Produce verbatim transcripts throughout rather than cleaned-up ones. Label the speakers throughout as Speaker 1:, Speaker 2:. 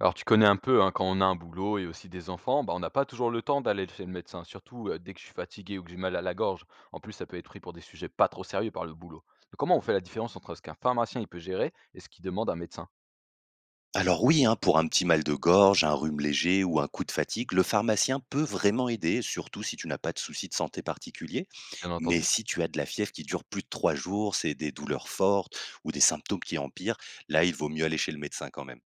Speaker 1: Alors tu connais un peu, hein, quand on a un boulot et aussi des enfants, bah, on n'a pas toujours le temps d'aller chez le médecin, surtout euh, dès que je suis fatigué ou que j'ai mal à la gorge. En plus, ça peut être pris pour des sujets pas trop sérieux par le boulot. Donc, comment on fait la différence entre ce qu'un pharmacien il peut gérer et ce qu'il demande à un médecin?
Speaker 2: Alors oui, hein, pour un petit mal de gorge, un rhume léger ou un coup de fatigue, le pharmacien peut vraiment aider, surtout si tu n'as pas de souci de santé particulier.
Speaker 1: Bien
Speaker 2: Mais
Speaker 1: entendu.
Speaker 2: si tu as de la fièvre qui dure plus de trois jours, c'est des douleurs fortes ou des symptômes qui empirent, là il vaut mieux aller chez le médecin quand même.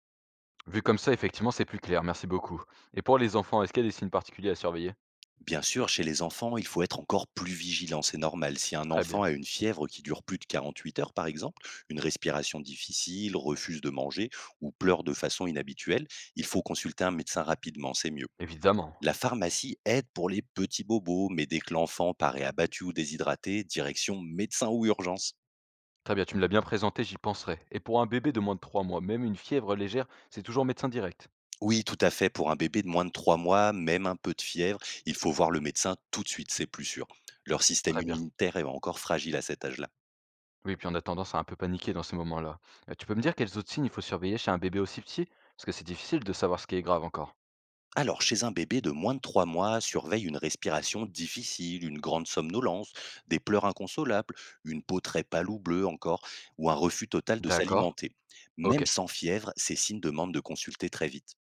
Speaker 1: Vu comme ça, effectivement, c'est plus clair. Merci beaucoup. Et pour les enfants, est-ce qu'il y a des signes particuliers à surveiller?
Speaker 2: Bien sûr, chez les enfants, il faut être encore plus vigilant, c'est normal. Si un
Speaker 1: Très
Speaker 2: enfant
Speaker 1: bien.
Speaker 2: a une fièvre qui dure plus de quarante-huit heures, par exemple, une respiration difficile, refuse de manger ou pleure de façon inhabituelle, il faut consulter un médecin rapidement, c'est mieux.
Speaker 1: Évidemment.
Speaker 2: La pharmacie aide pour les petits bobos, mais dès que l'enfant paraît abattu ou déshydraté, direction médecin ou urgence.
Speaker 1: Très bien, tu me l'as bien présenté, j'y penserai. Et pour un bébé de moins de trois mois, même une fièvre légère, c'est toujours médecin direct.
Speaker 2: Oui, tout à fait, pour un bébé de moins de trois mois, même un peu de fièvre, il faut voir le médecin tout de suite, c'est plus sûr. Leur système
Speaker 1: Très bien.
Speaker 2: immunitaire est encore fragile à cet âge-là.
Speaker 1: Oui, puis on a tendance à un peu paniquer dans ces moments-là. Euh, Tu peux me dire quels autres signes il faut surveiller chez un bébé aussi petit? Parce que c'est difficile de savoir ce qui est grave encore.
Speaker 2: Alors, chez un bébé de moins de trois mois, surveille une respiration difficile, une grande somnolence, des pleurs inconsolables, une peau très pâle ou bleue encore, ou un refus total de
Speaker 1: D'accord,
Speaker 2: s'alimenter. Même
Speaker 1: ok.
Speaker 2: sans fièvre, ces signes demandent de consulter très vite.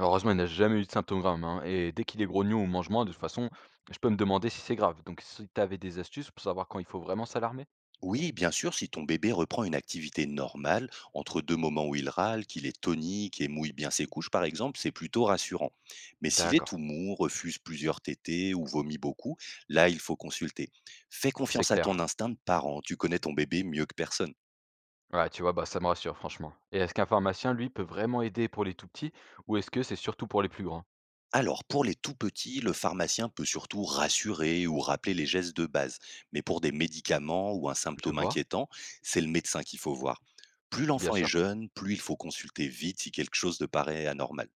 Speaker 1: Heureusement, il n'a jamais eu de symptômes graves, hein, et dès qu'il est grognon ou mange moins, de toute façon, je peux me demander si c'est grave. Donc si tu avais des astuces pour savoir quand il faut vraiment s'alarmer?
Speaker 2: Oui, bien sûr, si ton bébé reprend une activité normale, entre deux moments où il râle, qu'il est tonique et mouille bien ses couches, par exemple, c'est plutôt rassurant. Mais s'il est
Speaker 1: D'accord,
Speaker 2: tout mou, refuse plusieurs tétées ou vomit beaucoup, là, il faut consulter. Fais
Speaker 1: c'est
Speaker 2: confiance à
Speaker 1: clair.
Speaker 2: ton instinct de parent, tu connais ton bébé mieux que personne.
Speaker 1: Ouais, tu vois, bah ça me rassure, franchement. Et est-ce qu'un pharmacien, lui, peut vraiment aider pour les tout petits, ou est-ce que c'est surtout pour les plus grands?
Speaker 2: Alors, pour les tout petits, le pharmacien peut surtout rassurer ou rappeler les gestes de base. Mais pour des médicaments ou un
Speaker 1: Je
Speaker 2: symptôme
Speaker 1: vois,
Speaker 2: inquiétant, c'est le médecin qu'il faut voir. Plus
Speaker 1: bien
Speaker 2: l'enfant est
Speaker 1: sûr.
Speaker 2: jeune, plus il faut consulter vite si quelque chose te paraît anormal.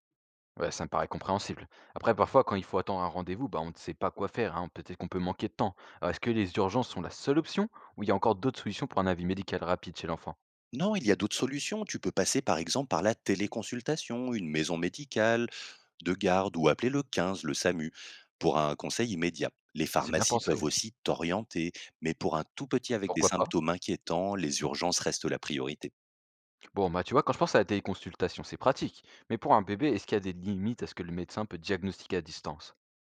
Speaker 1: Ouais, ça me paraît compréhensible. Après, parfois, quand il faut attendre un rendez-vous, bah, on ne sait pas quoi faire, hein, peut-être qu'on peut manquer de temps. Alors, est-ce que les urgences sont la seule option ou il y a encore d'autres solutions pour un avis médical rapide chez l'enfant?
Speaker 2: Non, il y a d'autres solutions. Tu peux passer par exemple par la téléconsultation, une maison médicale, de garde ou appeler le quinze, le SAMU, pour un conseil immédiat. Les
Speaker 1: C'est bien
Speaker 2: pharmacies
Speaker 1: pensé.
Speaker 2: peuvent aussi t'orienter, mais pour un tout petit avec des
Speaker 1: Pourquoi pas?
Speaker 2: symptômes inquiétants, les urgences restent la priorité.
Speaker 1: Bon, bah, tu vois, quand je pense à la téléconsultation, c'est pratique. Mais pour un bébé, est-ce qu'il y a des limites à ce que le médecin peut diagnostiquer à distance?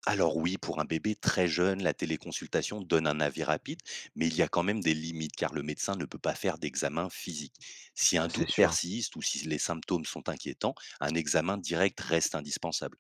Speaker 2: Alors oui, pour un bébé très jeune, la téléconsultation donne un avis rapide, mais il y a quand même des limites car le médecin ne peut pas faire d'examen physique. Si un
Speaker 1: C'est
Speaker 2: doute
Speaker 1: sûr.
Speaker 2: persiste ou si les symptômes sont inquiétants, un examen direct reste indispensable.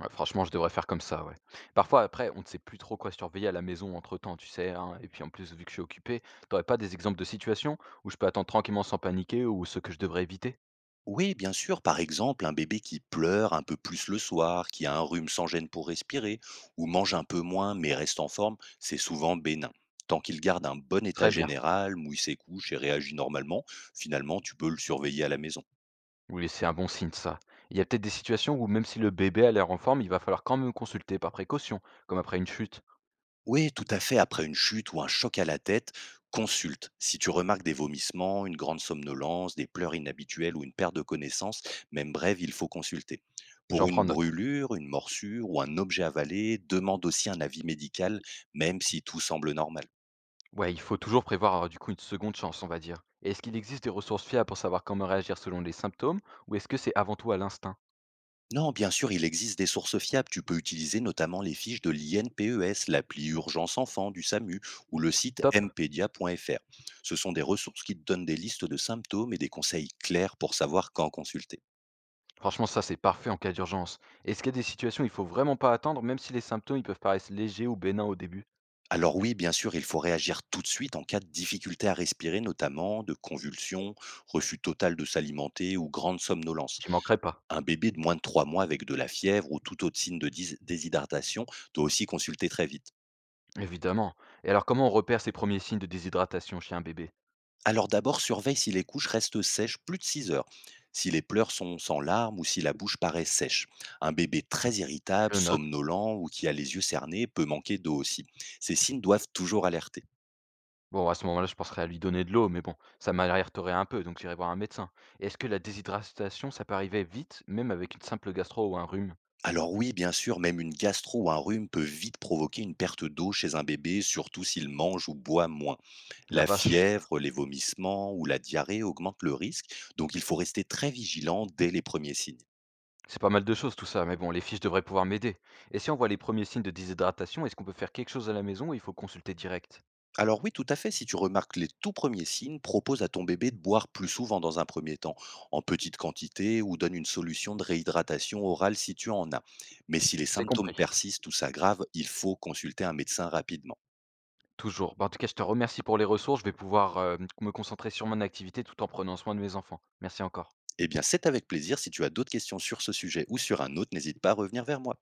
Speaker 1: Ouais, franchement, je devrais faire comme ça, ouais. Parfois, après, on ne sait plus trop quoi surveiller à la maison entre-temps, tu sais, hein, et puis en plus, vu que je suis occupé, t'aurais pas des exemples de situations où je peux attendre tranquillement sans paniquer ou ce que je devrais éviter?
Speaker 2: Oui, bien sûr, par exemple, un bébé qui pleure un peu plus le soir, qui a un rhume sans gêne pour respirer, ou mange un peu moins mais reste en forme, c'est souvent bénin. Tant qu'il garde un bon état
Speaker 1: Très bien.
Speaker 2: général, mouille ses couches et réagit normalement, finalement, tu peux le surveiller à la maison.
Speaker 1: Oui, c'est un bon signe ça. Il y a peut-être des situations où même si le bébé a l'air en forme, il va falloir quand même consulter par précaution, comme après une chute.
Speaker 2: Oui, tout à fait. Après une chute ou un choc à la tête, consulte. Si tu remarques des vomissements, une grande somnolence, des pleurs inhabituelles ou une perte de connaissance, même brève, il faut consulter.
Speaker 1: J'en
Speaker 2: Pour une
Speaker 1: prends note.
Speaker 2: brûlure, une morsure ou un objet avalé, demande aussi un avis médical, même si tout semble normal.
Speaker 1: Ouais, il faut toujours prévoir euh, du coup une seconde chance, on va dire. Et est-ce qu'il existe des ressources fiables pour savoir comment réagir selon les symptômes, ou est-ce que c'est avant tout à l'instinct?
Speaker 2: Non, bien sûr, il existe des sources fiables. Tu peux utiliser notamment les fiches de l'I N P E S, l'appli Urgence Enfant du SAMU ou le site
Speaker 1: Top.
Speaker 2: mpedia point fr. Ce sont des ressources qui te donnent des listes de symptômes et des conseils clairs pour savoir quand consulter.
Speaker 1: Franchement, ça c'est parfait en cas d'urgence. Est-ce qu'il y a des situations où il faut vraiment pas attendre, même si les symptômes ils peuvent paraître légers ou bénins au début?
Speaker 2: Alors oui, bien sûr, il faut réagir tout de suite en cas de difficulté à respirer, notamment de convulsions, refus total de s'alimenter ou grande somnolence.
Speaker 1: J'y manquerai pas.
Speaker 2: Un bébé de moins de trois mois avec de la fièvre ou tout autre signe de dys- déshydratation doit aussi consulter très vite.
Speaker 1: Évidemment. Et alors comment on repère ces premiers signes de déshydratation chez un bébé?
Speaker 2: Alors d'abord, surveille si les couches restent sèches plus de six heures, si les pleurs sont sans larmes ou si la bouche paraît sèche. Un bébé très irritable,
Speaker 1: Je note.
Speaker 2: somnolent ou qui a les yeux cernés peut manquer d'eau aussi. Ces signes doivent toujours alerter.
Speaker 1: Bon, à ce moment-là, je penserais à lui donner de l'eau, mais bon, ça m'alerterait un peu, donc j'irai voir un médecin. Et est-ce que la déshydratation, ça peut arriver vite, même avec une simple gastro ou un rhume?
Speaker 2: Alors oui, bien sûr, même une gastro ou un rhume peut vite provoquer une perte d'eau chez un bébé, surtout s'il mange ou boit moins.
Speaker 1: La
Speaker 2: La
Speaker 1: vache,
Speaker 2: fièvre, les vomissements ou la diarrhée augmentent le risque, donc il faut rester très vigilant dès les premiers signes.
Speaker 1: c'est pas mal de choses tout ça, mais bon, les fiches devraient pouvoir m'aider. Et si on voit les premiers signes de déshydratation, est-ce qu'on peut faire quelque chose à la maison ou il faut consulter direct?
Speaker 2: Alors oui, tout à fait, si tu remarques les tout premiers signes, propose à ton bébé de boire plus souvent dans un premier temps, en petite quantité, ou donne une solution de réhydratation orale si tu en as. Mais si les
Speaker 1: C'est
Speaker 2: symptômes
Speaker 1: compris.
Speaker 2: persistent ou s'aggravent, il faut consulter un médecin rapidement.
Speaker 1: Toujours. Bah, en tout cas, je te remercie pour les ressources. Je vais pouvoir euh, me concentrer sur mon activité tout en prenant soin de mes enfants. Merci encore.
Speaker 2: Eh bien, c'est avec plaisir. Si tu as d'autres questions sur ce sujet ou sur un autre, n'hésite pas à revenir vers moi.